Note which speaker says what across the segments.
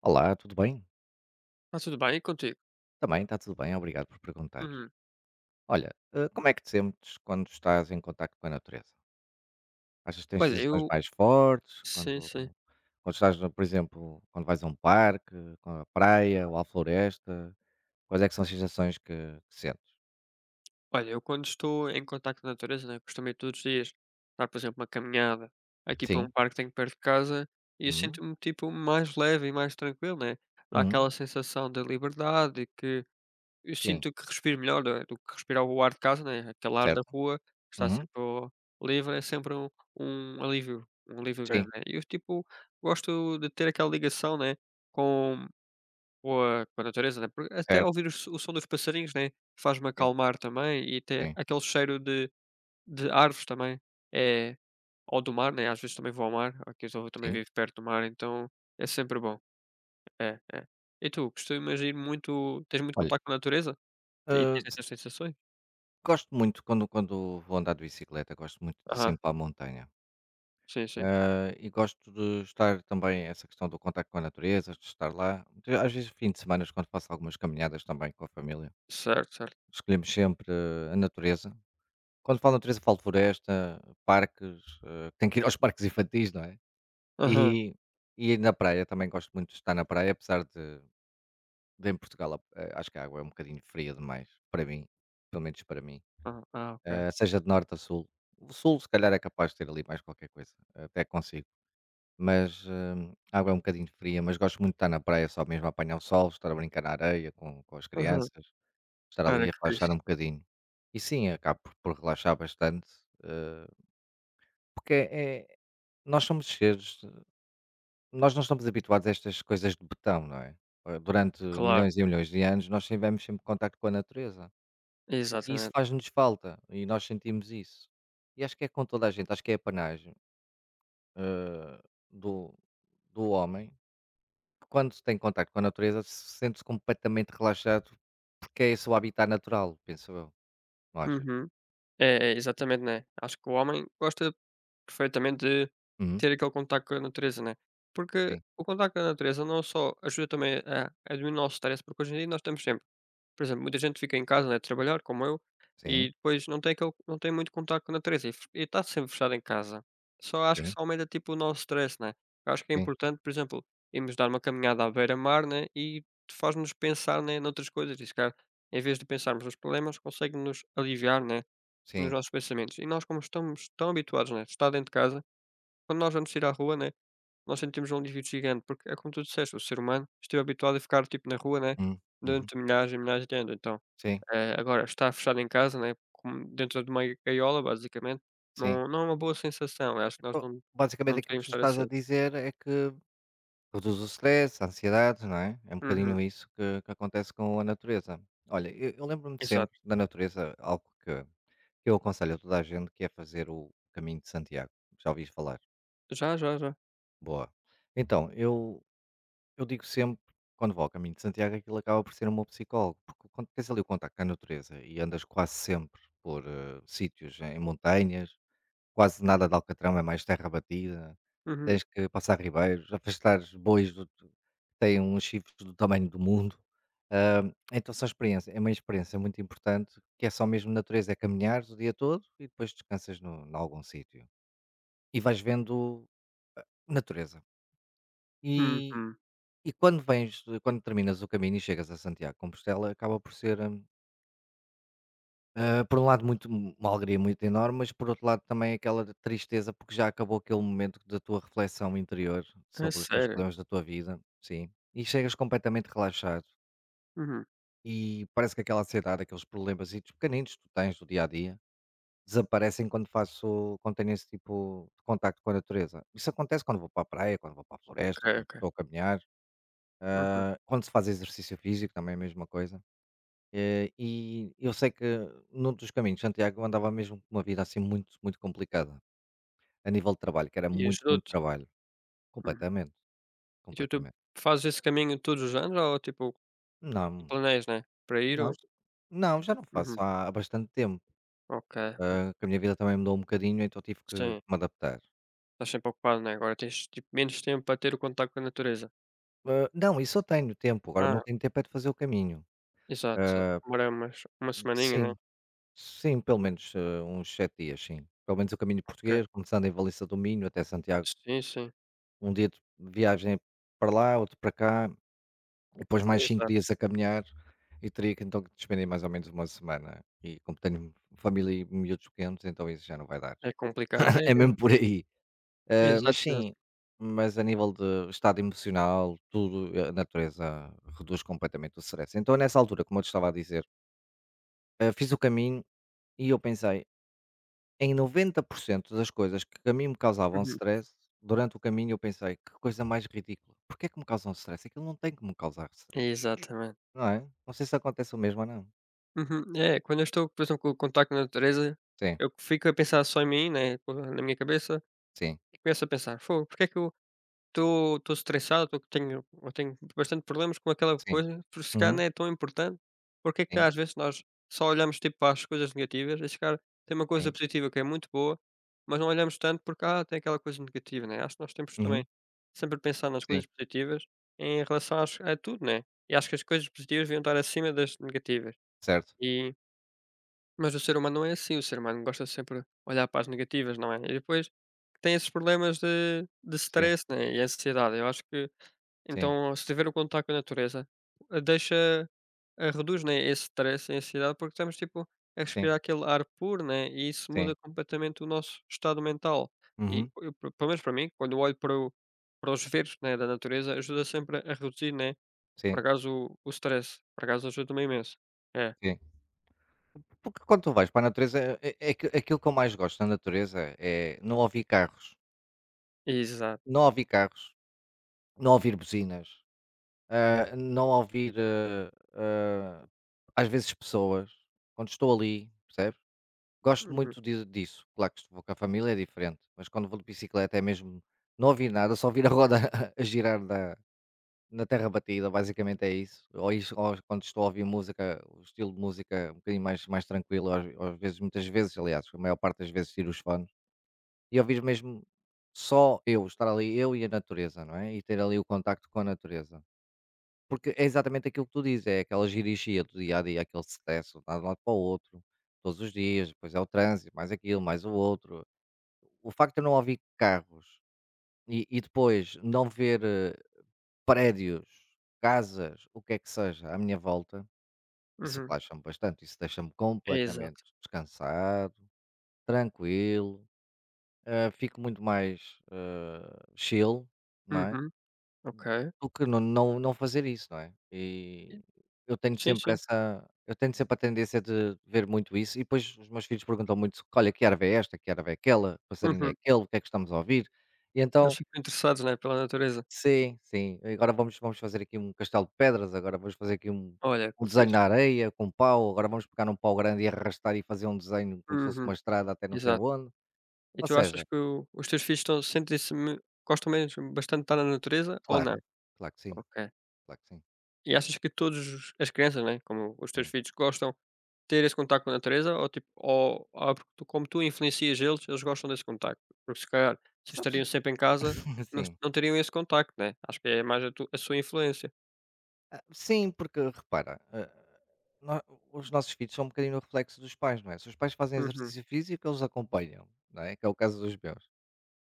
Speaker 1: Olá, tudo bem?
Speaker 2: Está tudo bem e contigo?
Speaker 1: Também está tudo bem, obrigado por perguntar.
Speaker 2: Uhum.
Speaker 1: Olha, como é que te sentes quando estás em contacto com a natureza? Achas que tens
Speaker 2: Olha,
Speaker 1: sensações
Speaker 2: eu
Speaker 1: mais fortes
Speaker 2: sim,
Speaker 1: quando,
Speaker 2: sim.
Speaker 1: quando estás, por exemplo, quando vais a um parque, com a praia ou à floresta? Quais é que são as sensações que sentes?
Speaker 2: Olha, eu quando estou em contacto com a natureza, né, costumo ir todos os dias dar, por exemplo, uma caminhada aqui para
Speaker 1: Sim.
Speaker 2: um parque que tenho perto de casa, e eu
Speaker 1: Uhum.
Speaker 2: sinto-me, tipo, mais leve e mais tranquilo, né? Dá
Speaker 1: Uhum.
Speaker 2: aquela sensação de liberdade que eu
Speaker 1: Sim.
Speaker 2: sinto que respiro melhor, né, do que respirar o ar de casa, né? Aquele ar da
Speaker 1: Certo.
Speaker 2: rua que está
Speaker 1: Uhum.
Speaker 2: sempre livre, é sempre um alívio, um alívio
Speaker 1: Sim.
Speaker 2: grande, né? E eu, tipo, gosto de ter aquela ligação, né? Com com a natureza, né, porque até
Speaker 1: Certo.
Speaker 2: ouvir o som dos passarinhos, né, faz-me
Speaker 1: Sim.
Speaker 2: acalmar também, e até
Speaker 1: Sim.
Speaker 2: aquele cheiro de árvores também, é, ou do mar, né, às vezes também vou ao mar, aqui também
Speaker 1: Sim.
Speaker 2: vivo perto do mar, então é sempre bom. É, é. E tu, costumas ir muito tens muito
Speaker 1: Olha,
Speaker 2: contacto com a natureza? E
Speaker 1: eh,
Speaker 2: tens essas sensações?
Speaker 1: gosto muito quando vou andar de bicicleta, gosto muito de ir
Speaker 2: Aham.
Speaker 1: sempre para a montanha.
Speaker 2: Sim, sim.
Speaker 1: Ah, e gosto de estar também, essa questão do contacto com a natureza, de estar lá. Às vezes, fim de semana, quando faço algumas caminhadas também com a família,
Speaker 2: Certo, certo.
Speaker 1: escolhemos sempre a natureza. Quando falo natureza, falo floresta, parques, tenho que ir aos parques infantis, não é?
Speaker 2: Aham,
Speaker 1: E, e na praia, também gosto muito de estar na praia, apesar de em Portugal, acho que a água é um bocadinho fria demais, para mim, pelo menos para mim.
Speaker 2: aham. Ah, ok.
Speaker 1: Seja de norte a sul. O sul, se calhar, é capaz de ter ali mais qualquer coisa, até consigo. Mas, a água é um bocadinho fria, mas gosto muito de estar na praia só mesmo a apanhar o sol, estar a brincar na areia com as
Speaker 2: Aham.
Speaker 1: crianças, estar
Speaker 2: Olha
Speaker 1: ali a
Speaker 2: que
Speaker 1: relaxar
Speaker 2: fixe.
Speaker 1: um bocadinho. E sim, acabo por relaxar bastante, eh, porque nós somos seres, nós não estamos habituados a estas coisas de botão, não é? Durante
Speaker 2: Claro,
Speaker 1: milhões e milhões de anos nós tivemos sempre contacto com a natureza, e isso
Speaker 2: exatamente.
Speaker 1: faz-nos falta, e nós sentimos isso. E acho que é com toda a gente, acho que é a panagem eh, do do homem. Quando se tem contacto com a natureza, sente-se completamente relaxado, porque é esse o habitat natural, penso eu, não achas?
Speaker 2: Uhum. É, é, exatamente, né. Acho que o homem gosta perfeitamente de
Speaker 1: Uhum.
Speaker 2: ter aquele contacto com a natureza, né? Porque
Speaker 1: Sim,
Speaker 2: o contacto com a natureza não só ajuda também a diminuir o nosso stress, porque hoje em dia nós estamos sempre, por exemplo, muita gente fica em casa, né, a trabalhar, como eu,
Speaker 1: sim,
Speaker 2: e depois não tem, aquele, não tem muito contacto com a natureza e está sempre fechado em casa. Só acho que
Speaker 1: sim,
Speaker 2: só aumenta tipo o nosso stress, né? Eu acho que é
Speaker 1: sim,
Speaker 2: importante, por exemplo, irmos dar uma caminhada à beira-mar, né? E faz-nos pensar, né, noutras coisas, e se calhar, em vez de pensarmos nos problemas, consegue-nos aliviar, né? Nos
Speaker 1: sim,
Speaker 2: nossos pensamentos. E nós, como estamos tão habituados, né, de estar dentro de casa, quando nós vamos sair à rua, né, nós sentimos um alívio gigante, porque é como tu disseste, o ser humano esteve habituado a ficar, tipo, na rua, né,
Speaker 1: uhum, uhum,
Speaker 2: durante milhares e milhares de anos, então,
Speaker 1: sim,
Speaker 2: agora estar fechado em casa, né, com dentro de uma gaiola, basicamente,
Speaker 1: sim.
Speaker 2: não, não é uma boa sensação, eu acho que nós
Speaker 1: Então,
Speaker 2: não
Speaker 1: basicamente
Speaker 2: não
Speaker 1: aquilo que
Speaker 2: devíamos
Speaker 1: tu
Speaker 2: estar
Speaker 1: estás a
Speaker 2: assim.
Speaker 1: dizer é que reduz o stress, a ansiedade, não é? É um
Speaker 2: Uhum,
Speaker 1: bocadinho isso que acontece com a natureza. Olha, eu lembro-me de
Speaker 2: exato.
Speaker 1: sempre da natureza, algo que eu aconselho a toda a gente, que é fazer o Caminho de Santiago. Já ouviste falar?
Speaker 2: Já, já, já.
Speaker 1: Boa. Então, eu Eu digo sempre, quando vou ao Caminho de Santiago, aquilo acaba por ser o meu psicólogo, porque quando tens ali o contacto com a natureza e andas quase sempre por sítios em montanhas, quase nada de Alcatrão, é mais terra batida,
Speaker 2: Uhum,
Speaker 1: tens que passar ribeiros, afastar bois do, que têm uns chifres do tamanho do mundo. Ah, É uma experiência muito importante, que é só mesmo natureza, é caminhares o dia todo e depois descansas no, em algum sítio. E vais vendo natureza.
Speaker 2: uhum.
Speaker 1: E quando terminas o caminho e chegas a Santiago de Compostela, acaba por ser, por um lado muito uma alegria muito enorme, mas por outro lado também aquela de tristeza, porque já acabou aquele momento da tua reflexão interior
Speaker 2: É
Speaker 1: sobre os teus
Speaker 2: sério?
Speaker 1: problemas da tua vida, sim, e chegas completamente relaxado
Speaker 2: Uhum.
Speaker 1: e parece que aquela ansiedade, aqueles problemazitos pequeninos que tu tens do dia a dia, desaparecem quando tenho esse tipo de contacto com a natureza. Isso acontece quando vou para a praia, quando vou para a
Speaker 2: Ok,
Speaker 1: floresta, quando
Speaker 2: ok.
Speaker 1: estou a caminhar,
Speaker 2: Uhum.
Speaker 1: quando se faz exercício físico também é a mesma coisa. E eu sei que num dos caminhos, Santiago, andava mesmo com uma vida assim muito, muito complicada, a nível de trabalho, que era
Speaker 2: E
Speaker 1: muito, muito
Speaker 2: ajudou-te?
Speaker 1: trabalho.
Speaker 2: Uhum.
Speaker 1: Completamente,
Speaker 2: E tu
Speaker 1: completamente.
Speaker 2: fazes esse caminho todos os anos ou, tipo, tu
Speaker 1: Não,
Speaker 2: planeias, né, para ir
Speaker 1: não,
Speaker 2: ou
Speaker 1: não, já não faço
Speaker 2: uhum,
Speaker 1: há, há bastante tempo,
Speaker 2: ok, ok.
Speaker 1: que a minha vida também mudou um bocadinho, então tive que me
Speaker 2: Sim.
Speaker 1: adaptar.
Speaker 2: Estás sempre ocupado, né, agora tens, tipo, menos tempo para ter o contacto com a natureza.
Speaker 1: Não, isso eu tenho tempo, agora não
Speaker 2: Ah,
Speaker 1: tenho tempo é de fazer o caminho.
Speaker 2: exato, exato.
Speaker 1: Eh,
Speaker 2: Demora uma semaninha, né.
Speaker 1: sim, sim, pelo menos uns 7 dias, sim. Pelo menos o caminho
Speaker 2: Ok.
Speaker 1: português, começando em Valência do Minho até Santiago,
Speaker 2: Sim, sim.
Speaker 1: um dia de viagem para lá, outro para cá, e depois mais 5
Speaker 2: Exato.
Speaker 1: dias a caminhar e teria que então que despender mais ou menos uma semana. E como tenho família e miúdos pequenos, então isso já não vai dar.
Speaker 2: É complicado. É,
Speaker 1: É
Speaker 2: é.
Speaker 1: mesmo por aí. Ah, mas
Speaker 2: Exato, exato.
Speaker 1: sim, mas a nível de estado emocional, tudo, a natureza reduz completamente o stress. Então nessa altura, como eu te estava a dizer, fiz o caminho e eu pensei em 90% das coisas que a mim me causavam
Speaker 2: Uhum.
Speaker 1: stress, durante o caminho eu pensei, que coisa mais ridícula. Porquê é que me causam stress? Aquilo não tem que me causar stress,
Speaker 2: Exatamente.
Speaker 1: não é? Não sei se acontece o mesmo ou não.
Speaker 2: Uhum. É, quando eu estou, por exemplo, com o contacto com a natureza,
Speaker 1: Sim,
Speaker 2: eu fico a pensar só em mim, né, na minha cabeça,
Speaker 1: sim,
Speaker 2: e começo a pensar: "Fogo, porque é que eu..." Estou estressado, tô tenho eu tenho bastante problemas com aquela
Speaker 1: sim.
Speaker 2: coisa, por se calhar
Speaker 1: Uhum,
Speaker 2: não é tão importante. Porque é que
Speaker 1: sim,
Speaker 2: às vezes nós só olhamos, tipo, para as coisas negativas, e se calhar tem uma coisa
Speaker 1: sim.
Speaker 2: positiva que é muito boa, mas não olhamos tanto porque, ah, tem aquela coisa negativa, né. Acho que nós temos também
Speaker 1: Uhum,
Speaker 2: sempre pensar nas
Speaker 1: sim,
Speaker 2: coisas positivas em relação às a tudo, né. E acho que as coisas positivas deviam estar acima das negativas.
Speaker 1: certo.
Speaker 2: E mas o ser humano não é assim, o ser humano gosta sempre de olhar para as negativas, não é? E depois tem esses problemas de
Speaker 1: Sim,
Speaker 2: stress, né, e ansiedade. Eu acho que
Speaker 1: sim,
Speaker 2: então, se tiver o contacto com a natureza, deixa, reduz, né, esse stress, a ansiedade, porque estamos, tipo, a
Speaker 1: sim,
Speaker 2: respirar aquele ar puro, né, e isso
Speaker 1: sim.
Speaker 2: muda completamente o nosso estado mental. E
Speaker 1: Uhum,
Speaker 2: eu, pe pelo menos para mim, quando eu olho para o para os verdes, né, da natureza, ajuda sempre a reduzir, né, por
Speaker 1: sim,
Speaker 2: acaso o stress, por acaso ajuda-me imenso. É,
Speaker 1: sim. Porque quando tu vais para a natureza, aqui aquilo que eu mais gosto na natureza é não ouvir carros,
Speaker 2: exato.
Speaker 1: não ouvir carros, não ouvir buzinas, não ouvir, às vezes pessoas, quando estou ali, percebes? Gosto
Speaker 2: Uhum,
Speaker 1: muito di disso. Claro que se vou com a família é diferente, mas quando vou de bicicleta é mesmo não ouvir nada, só ouvir a roda a girar da. Na terra batida, basicamente é isso. Ou isso, ou quando estou a ouvir música, o estilo de música um bocadinho mais, mais tranquilo, às vezes, muitas vezes, aliás, a maior parte das vezes tiro os fones e ouvir mesmo só eu, estar ali eu e a natureza, não é? E ter ali o contacto com a natureza. Porque é exatamente aquilo que tu dizes, é aquela girigia do dia a dia, aquele stress, de um lado para o outro, todos os dias, depois é o trânsito, mais aquilo, mais o outro. O facto de eu não ouvir carros e depois não ver. Prédios, casas, o que é que seja à minha volta, isso
Speaker 2: uhum,
Speaker 1: relaxa-me bastante, isso deixa-me completamente
Speaker 2: exato.
Speaker 1: descansado, tranquilo, fico muito mais, chill, não é,
Speaker 2: Uhum, ok.
Speaker 1: do que fazer isso, não é.
Speaker 2: E
Speaker 1: E
Speaker 2: sim, sim.
Speaker 1: eu tenho sempre a tendência de ver muito isso e depois os meus filhos perguntam muito: "Olha, que árvore é esta? Que árvore é aquela? Que passarinho é
Speaker 2: Uhum.
Speaker 1: aquele? O que é que estamos a ouvir?" E
Speaker 2: Eles
Speaker 1: então
Speaker 2: ficam interessados, né, pela natureza.
Speaker 1: sim, sim. Agora vamos fazer aqui um castelo de pedras, agora vamos fazer aqui
Speaker 2: Olha,
Speaker 1: um
Speaker 2: que
Speaker 1: desenho na
Speaker 2: fixe.
Speaker 1: areia com pau, agora vamos pegar um pau grande e arrastar e fazer um desenho como se fosse
Speaker 2: Uhum,
Speaker 1: uma estrada até não sei
Speaker 2: exato.
Speaker 1: onde.
Speaker 2: E
Speaker 1: Ou
Speaker 2: tu achas
Speaker 1: seja,
Speaker 2: que o os teus filhos estão sentem-se me gostam mesmo bastante de estar na natureza ou não?
Speaker 1: claro, claro que sim,
Speaker 2: Ok.
Speaker 1: claro que sim.
Speaker 2: E achas que todos as crianças, né, como os teus
Speaker 1: Hum.
Speaker 2: filhos, gostam de ter esse contacto com a natureza, ou tipo ou é porque tu como tu influencias eles, eles gostam desse contacto? Porque se calhar, se estariam
Speaker 1: Sabes
Speaker 2: sempre em casa, não
Speaker 1: sim.
Speaker 2: não teriam esse contacto, né? Acho que é mais a sua influência.
Speaker 1: Ah, sim, porque repara, ah, nó os nossos filhos são um bocadinho o reflexo dos pais, não é? Se os pais fazem
Speaker 2: Uhum.
Speaker 1: exercício físico, eles acompanham, não é? Que é o caso dos meus.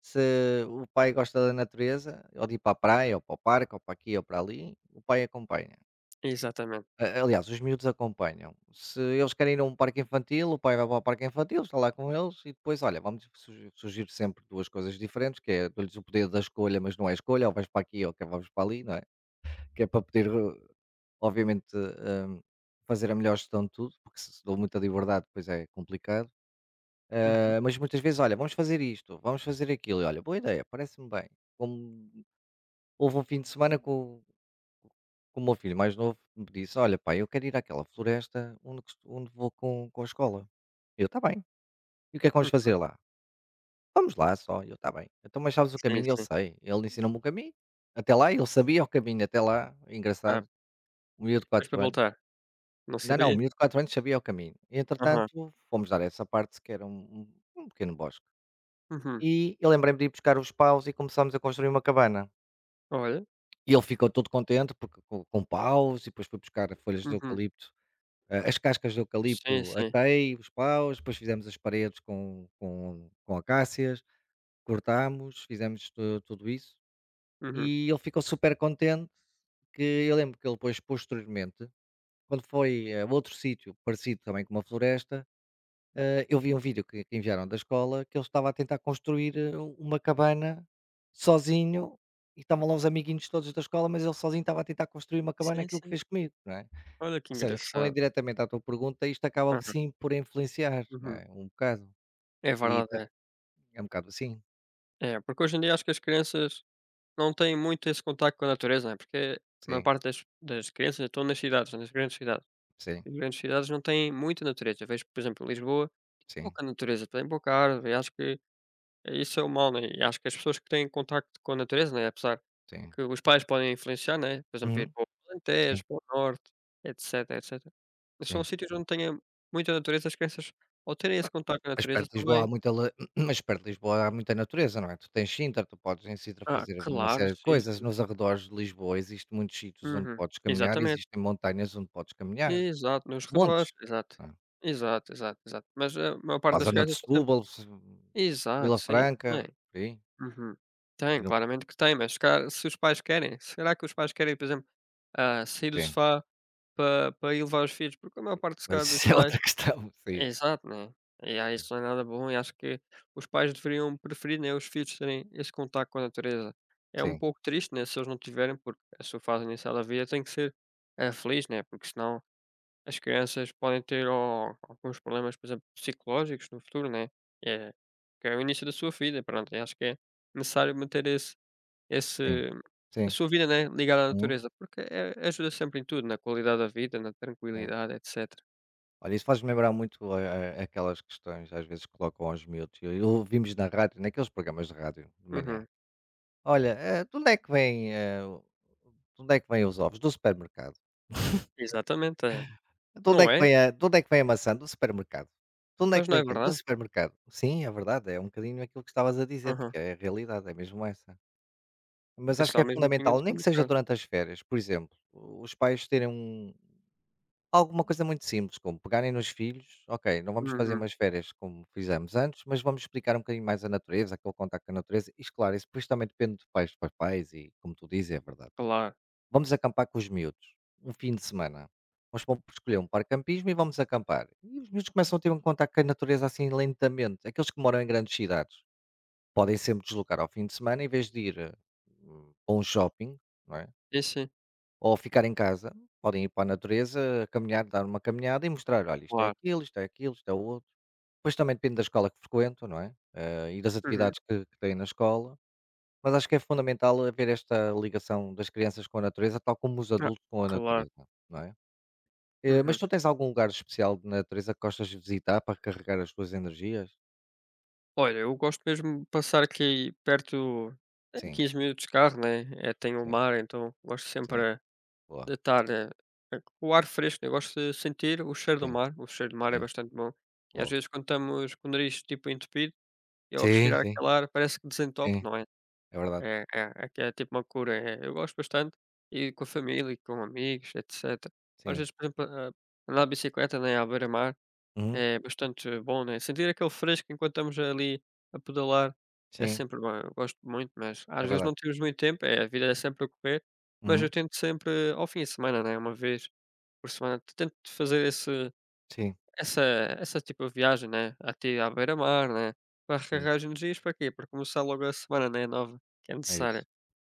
Speaker 1: Se o pai gosta da natureza, ou de ir para a praia, ou para o parque, ou para aqui ou para ali, o pai acompanha.
Speaker 2: Exatamente.
Speaker 1: A Aliás, os miúdos acompanham. Se eles querem ir a um parque infantil, o pai vai para o parque infantil, está lá com eles e depois, olha, vamos sugi surgir sempre 2 coisas diferentes, que é dou-lhes o poder da escolha, mas não é escolha, ou vais para aqui ou que vamos para ali, não é? Que é para poder, obviamente, fazer a melhor gestão de tudo, porque se se dou muita liberdade depois é complicado.
Speaker 2: Uhum,
Speaker 1: Ah, mas muitas vezes, olha, vamos fazer isto, vamos fazer aquilo, e olha, boa ideia, parece-me bem. Como houve um fim de semana que o meu filho mais novo me disse: "Olha, pai, eu quero ir àquela floresta onde vou com a escola". Eu: Tá bem. E o que é que vamos fazer
Speaker 2: uhum.
Speaker 1: lá?". "Vamos lá só". Eu: Tá bem". "Então, mas sabes o
Speaker 2: Sim,
Speaker 1: caminho?". "Eu
Speaker 2: sim.
Speaker 1: sei". Ele ensinou-me o caminho. Até lá ele sabia o caminho até lá,
Speaker 2: Ah,
Speaker 1: engraçado, um miúdo
Speaker 2: e
Speaker 1: de
Speaker 2: depois
Speaker 1: 4
Speaker 2: para
Speaker 1: anos.
Speaker 2: voltar, não
Speaker 1: Não, não, o
Speaker 2: sabia?
Speaker 1: miúdo de 4 anos sabia o caminho.
Speaker 2: Aham.
Speaker 1: Entretanto, fomos dar essa parte que era um pequeno bosque.
Speaker 2: Uhum.
Speaker 1: E eu lembrei-me de ir buscar os paus e começámos a construir uma cabana.
Speaker 2: Olha.
Speaker 1: E ele ficou todo contente porque com paus e depois foi buscar folhas de
Speaker 2: Uhum.
Speaker 1: eucalipto. As cascas de
Speaker 2: Sim,
Speaker 1: eucalipto
Speaker 2: sim.
Speaker 1: atei, os paus, depois fizemos as paredes com acácias, cortámos, fizemos tudo isso
Speaker 2: Uhum.
Speaker 1: e ele ficou super contente que eu lembro que ele depois posteriormente, quando foi a outro sítio parecido também com uma floresta, eu vi um vídeo que enviaram da escola que ele estava a tentar construir uma cabana sozinho e estavam lá os amiguinhos todos da escola, mas ele sozinho estava a tentar construir uma cabana,
Speaker 2: Sim,
Speaker 1: aquilo que
Speaker 2: sim.
Speaker 1: fez comigo, não é?
Speaker 2: Olha que
Speaker 1: Ou seja, respondendo
Speaker 2: engraçado.
Speaker 1: diretamente à tua pergunta, isto acaba
Speaker 2: Aham,
Speaker 1: sim por influenciar, não
Speaker 2: uhum.
Speaker 1: é? Um bocado.
Speaker 2: É
Speaker 1: E
Speaker 2: verdade,
Speaker 1: tam
Speaker 2: é.
Speaker 1: é um bocado assim.
Speaker 2: É, porque hoje em dia acho que as crianças não têm muito esse contacto com a natureza, né, porque a maior
Speaker 1: Sim,
Speaker 2: parte das crianças estão nas cidades, nas grandes cidades.
Speaker 1: sim,
Speaker 2: As grandes cidades não têm muita natureza. Vejo, por exemplo, em Lisboa,
Speaker 1: sim,
Speaker 2: pouca natureza, tem pouca árvore, e acho que isso é o mal, né, e acho que as pessoas que têm contacto com a natureza, né, apesar
Speaker 1: sim.
Speaker 2: que os pais podem influenciar, né, por exemplo, ir
Speaker 1: Uhum.
Speaker 2: para o
Speaker 1: Sim,
Speaker 2: Alentejo, para o Norte, etc, etcétera. São
Speaker 1: sim.
Speaker 2: sítios onde tenha muita natureza, as crianças ao terem esse contacto com a
Speaker 1: Mas
Speaker 2: natureza
Speaker 1: perto de
Speaker 2: só
Speaker 1: Lisboa
Speaker 2: vai...
Speaker 1: há muita la mas perto de Lisboa há muita natureza, não é? Tu tens Sintra, tu podes em Sintra
Speaker 2: Ah,
Speaker 1: fazer uma
Speaker 2: claro,
Speaker 1: série de
Speaker 2: sim,
Speaker 1: coisas.
Speaker 2: sim.
Speaker 1: Nos arredores de Lisboa existem muitos sítios onde
Speaker 2: Uhum.
Speaker 1: podes caminhar,
Speaker 2: Exatamente.
Speaker 1: existem montanhas onde podes caminhar.
Speaker 2: Exato, nos redores,
Speaker 1: Montes.
Speaker 2: exato.
Speaker 1: Não é?
Speaker 2: Exato, exato, exato. Mas a maior
Speaker 1: Para
Speaker 2: parte
Speaker 1: a
Speaker 2: das
Speaker 1: zona de
Speaker 2: crianças está sempre
Speaker 1: Setúbal, se
Speaker 2: exato,
Speaker 1: Vila
Speaker 2: sim,
Speaker 1: Franca,
Speaker 2: tem.
Speaker 1: por aí.
Speaker 2: Uhum.
Speaker 1: E
Speaker 2: Tem,
Speaker 1: no
Speaker 2: claramente que tem, mas se calhar se os pais querem, será que os pais querem, por exemplo, sair do
Speaker 1: sim.
Speaker 2: sofá para ir levar os filhos? Porque a maior parte, se
Speaker 1: Mas
Speaker 2: calhar, dos
Speaker 1: isso é
Speaker 2: pais...
Speaker 1: outra questão.
Speaker 2: Exato, né? E aí
Speaker 1: Sim,
Speaker 2: isso não é nada bom, e acho que os pais deveriam preferir, né, os filhos terem esse contato com a natureza. É um
Speaker 1: sim.
Speaker 2: pouco triste, né, se eles não tiverem, porque a sua fase inicial da vida tem que ser feliz, né? Porque senão as crianças podem ter alguns problemas, por exemplo, psicológicos no futuro, né? É, que é o início da sua vida, pronto. E acho que é necessário manter
Speaker 1: Sim,
Speaker 2: esse, a
Speaker 1: sim,
Speaker 2: sua vida, né, ligada à
Speaker 1: uhum,
Speaker 2: natureza, porque é, ajuda sempre em tudo, na qualidade da vida, na
Speaker 1: sim.
Speaker 2: tranquilidade, etc.
Speaker 1: Olha, isso faz-me lembrar muito a aquelas questões às vezes colocam aos miúdos, e ouvimos na rádio, naqueles programas de rádio de manhã:
Speaker 2: Uhum.
Speaker 1: "Olha, de onde é que vem de onde é que vêm os ovos? Do supermercado.
Speaker 2: Exatamente, é.
Speaker 1: De onde é
Speaker 2: Não
Speaker 1: que
Speaker 2: é?
Speaker 1: vem a de onde é que vem a maçã? Do supermercado. De onde é
Speaker 2: Mas
Speaker 1: que
Speaker 2: não
Speaker 1: vem
Speaker 2: é
Speaker 1: aquilo? Do
Speaker 2: verdade?
Speaker 1: supermercado". Sim, é verdade, é um bocadinho aquilo que estavas a dizer,
Speaker 2: Aham.
Speaker 1: porque é a realidade, é mesmo essa.
Speaker 2: Eu
Speaker 1: Mas acho que é
Speaker 2: pensava mesmo que vinha do
Speaker 1: fundamental, nem que seja
Speaker 2: supermercado.
Speaker 1: durante as férias, por exemplo, os pais terem um alguma coisa muito simples, como pegarem nos filhos, ok, não vamos fazer
Speaker 2: Uhum.
Speaker 1: umas férias como fizemos antes, mas vamos explicar um bocadinho mais a natureza, aquele contacto com a natureza, e claro, isso depois também depende de pais para pais, e como tu dizes, é verdade.
Speaker 2: Claro.
Speaker 1: Vamos acampar com os miúdos, um fim de semana. Nós vamos escolher um parque de campismo e vamos acampar. E os miúdos começam a ter um contacto com a natureza assim lentamente. Aqueles que moram em grandes cidades podem sempre deslocar ao fim de semana, em vez de ir a um shopping, não é?
Speaker 2: Sim, sim.
Speaker 1: Ou ficar em casa, podem ir para a natureza, caminhar, dar uma caminhada e mostrar: "Olha, isto é
Speaker 2: Claro.
Speaker 1: aquilo, isto é aquilo, isto é o outro". Depois também depende da escola que frequentam, não é? E das
Speaker 2: Uhum.
Speaker 1: atividades que têm na escola, mas acho que é fundamental haver esta ligação das crianças com a natureza, tal como os
Speaker 2: Ah,
Speaker 1: adultos com a
Speaker 2: claro.
Speaker 1: natureza, não é? Mas
Speaker 2: Uhum.
Speaker 1: tu tens algum lugar especial de natureza que gostas de visitar para recarregar as tuas energias?
Speaker 2: Olha, eu gosto mesmo de passar aqui perto,
Speaker 1: Sim,
Speaker 2: 15 minutos de carro, né, é, tem o
Speaker 1: sim,
Speaker 2: mar, então gosto sempre,
Speaker 1: sim,
Speaker 2: de
Speaker 1: boa,
Speaker 2: estar, com o ar fresco, né, eu gosto de sentir o cheiro do
Speaker 1: sim,
Speaker 2: mar, o cheiro do mar é
Speaker 1: sim,
Speaker 2: bastante bom. E às
Speaker 1: boa.
Speaker 2: vezes quando estamos com o nariz, tipo, entupido, e ao
Speaker 1: Sim,
Speaker 2: respirar
Speaker 1: sim,
Speaker 2: aquele ar parece que desentope,
Speaker 1: sim,
Speaker 2: não é?
Speaker 1: é verdade,
Speaker 2: É, é, é que é tipo uma cura, é. Eu gosto bastante, e com a família e com amigos, etc. Às
Speaker 1: sim,
Speaker 2: vezes, por exemplo, a andar de bicicleta, né, à beira-mar
Speaker 1: uhum,
Speaker 2: é bastante bom, né? Sentir aquele fresco enquanto estamos ali a pedalar é
Speaker 1: sim,
Speaker 2: sempre bom. Eu gosto muito, mas
Speaker 1: é
Speaker 2: às vezes
Speaker 1: verdade,
Speaker 2: não temos muito tempo, é, a vida é sempre a correr, mas eu
Speaker 1: uhum,
Speaker 2: tento sempre ao fim de semana, né, uma vez por semana, tento fazer esse
Speaker 1: sim.
Speaker 2: essa essa tipo de viagem, né, até à beira-mar, né, para
Speaker 1: Sim,
Speaker 2: recarregar as energias para quê? Para começar logo a semana, né, nova, que é
Speaker 1: é isso,
Speaker 2: necessária.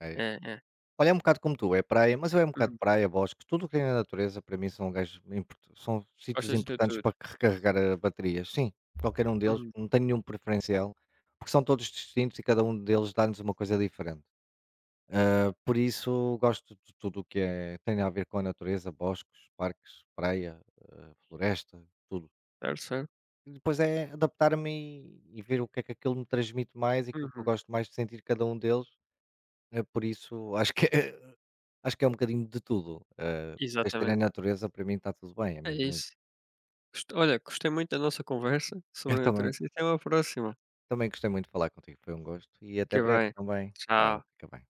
Speaker 1: é isso.
Speaker 2: É, é.
Speaker 1: Olha, é um bocado como tu, é praia, mas eu é um bocado
Speaker 2: Uhum.
Speaker 1: praia, bosque, tudo o que tem na natureza para mim são são sítios
Speaker 2: Gostas de
Speaker 1: importantes
Speaker 2: tudo.
Speaker 1: para recarregar baterias. Sim, qualquer um deles,
Speaker 2: Uhum.
Speaker 1: não tenho nenhum preferencial, porque são todos distintos e cada um deles dá-nos uma coisa diferente. Por isso gosto de tudo o que é, tem a ver com a natureza, bosques, parques, praia, floresta, tudo.
Speaker 2: Certo, certo.
Speaker 1: E depois é adaptar-me e ver o que é que aquilo me transmite mais, aquilo que eu
Speaker 2: Uhum.
Speaker 1: gosto mais de sentir cada um deles. É por isso, acho que é Acho que é um bocadinho de tudo, desde que tenha
Speaker 2: Exatamente.
Speaker 1: natureza para mim está tudo bem, é
Speaker 2: É
Speaker 1: mesmo muito.
Speaker 2: isso. Gost olha, gostei muito da nossa conversa
Speaker 1: Eu
Speaker 2: sobre a
Speaker 1: também
Speaker 2: natureza, e até uma próxima.
Speaker 1: Também gostei muito de falar contigo, foi um gosto e até
Speaker 2: Fica
Speaker 1: breve
Speaker 2: bem.
Speaker 1: também. Tchau,
Speaker 2: Tchau.
Speaker 1: fica bem.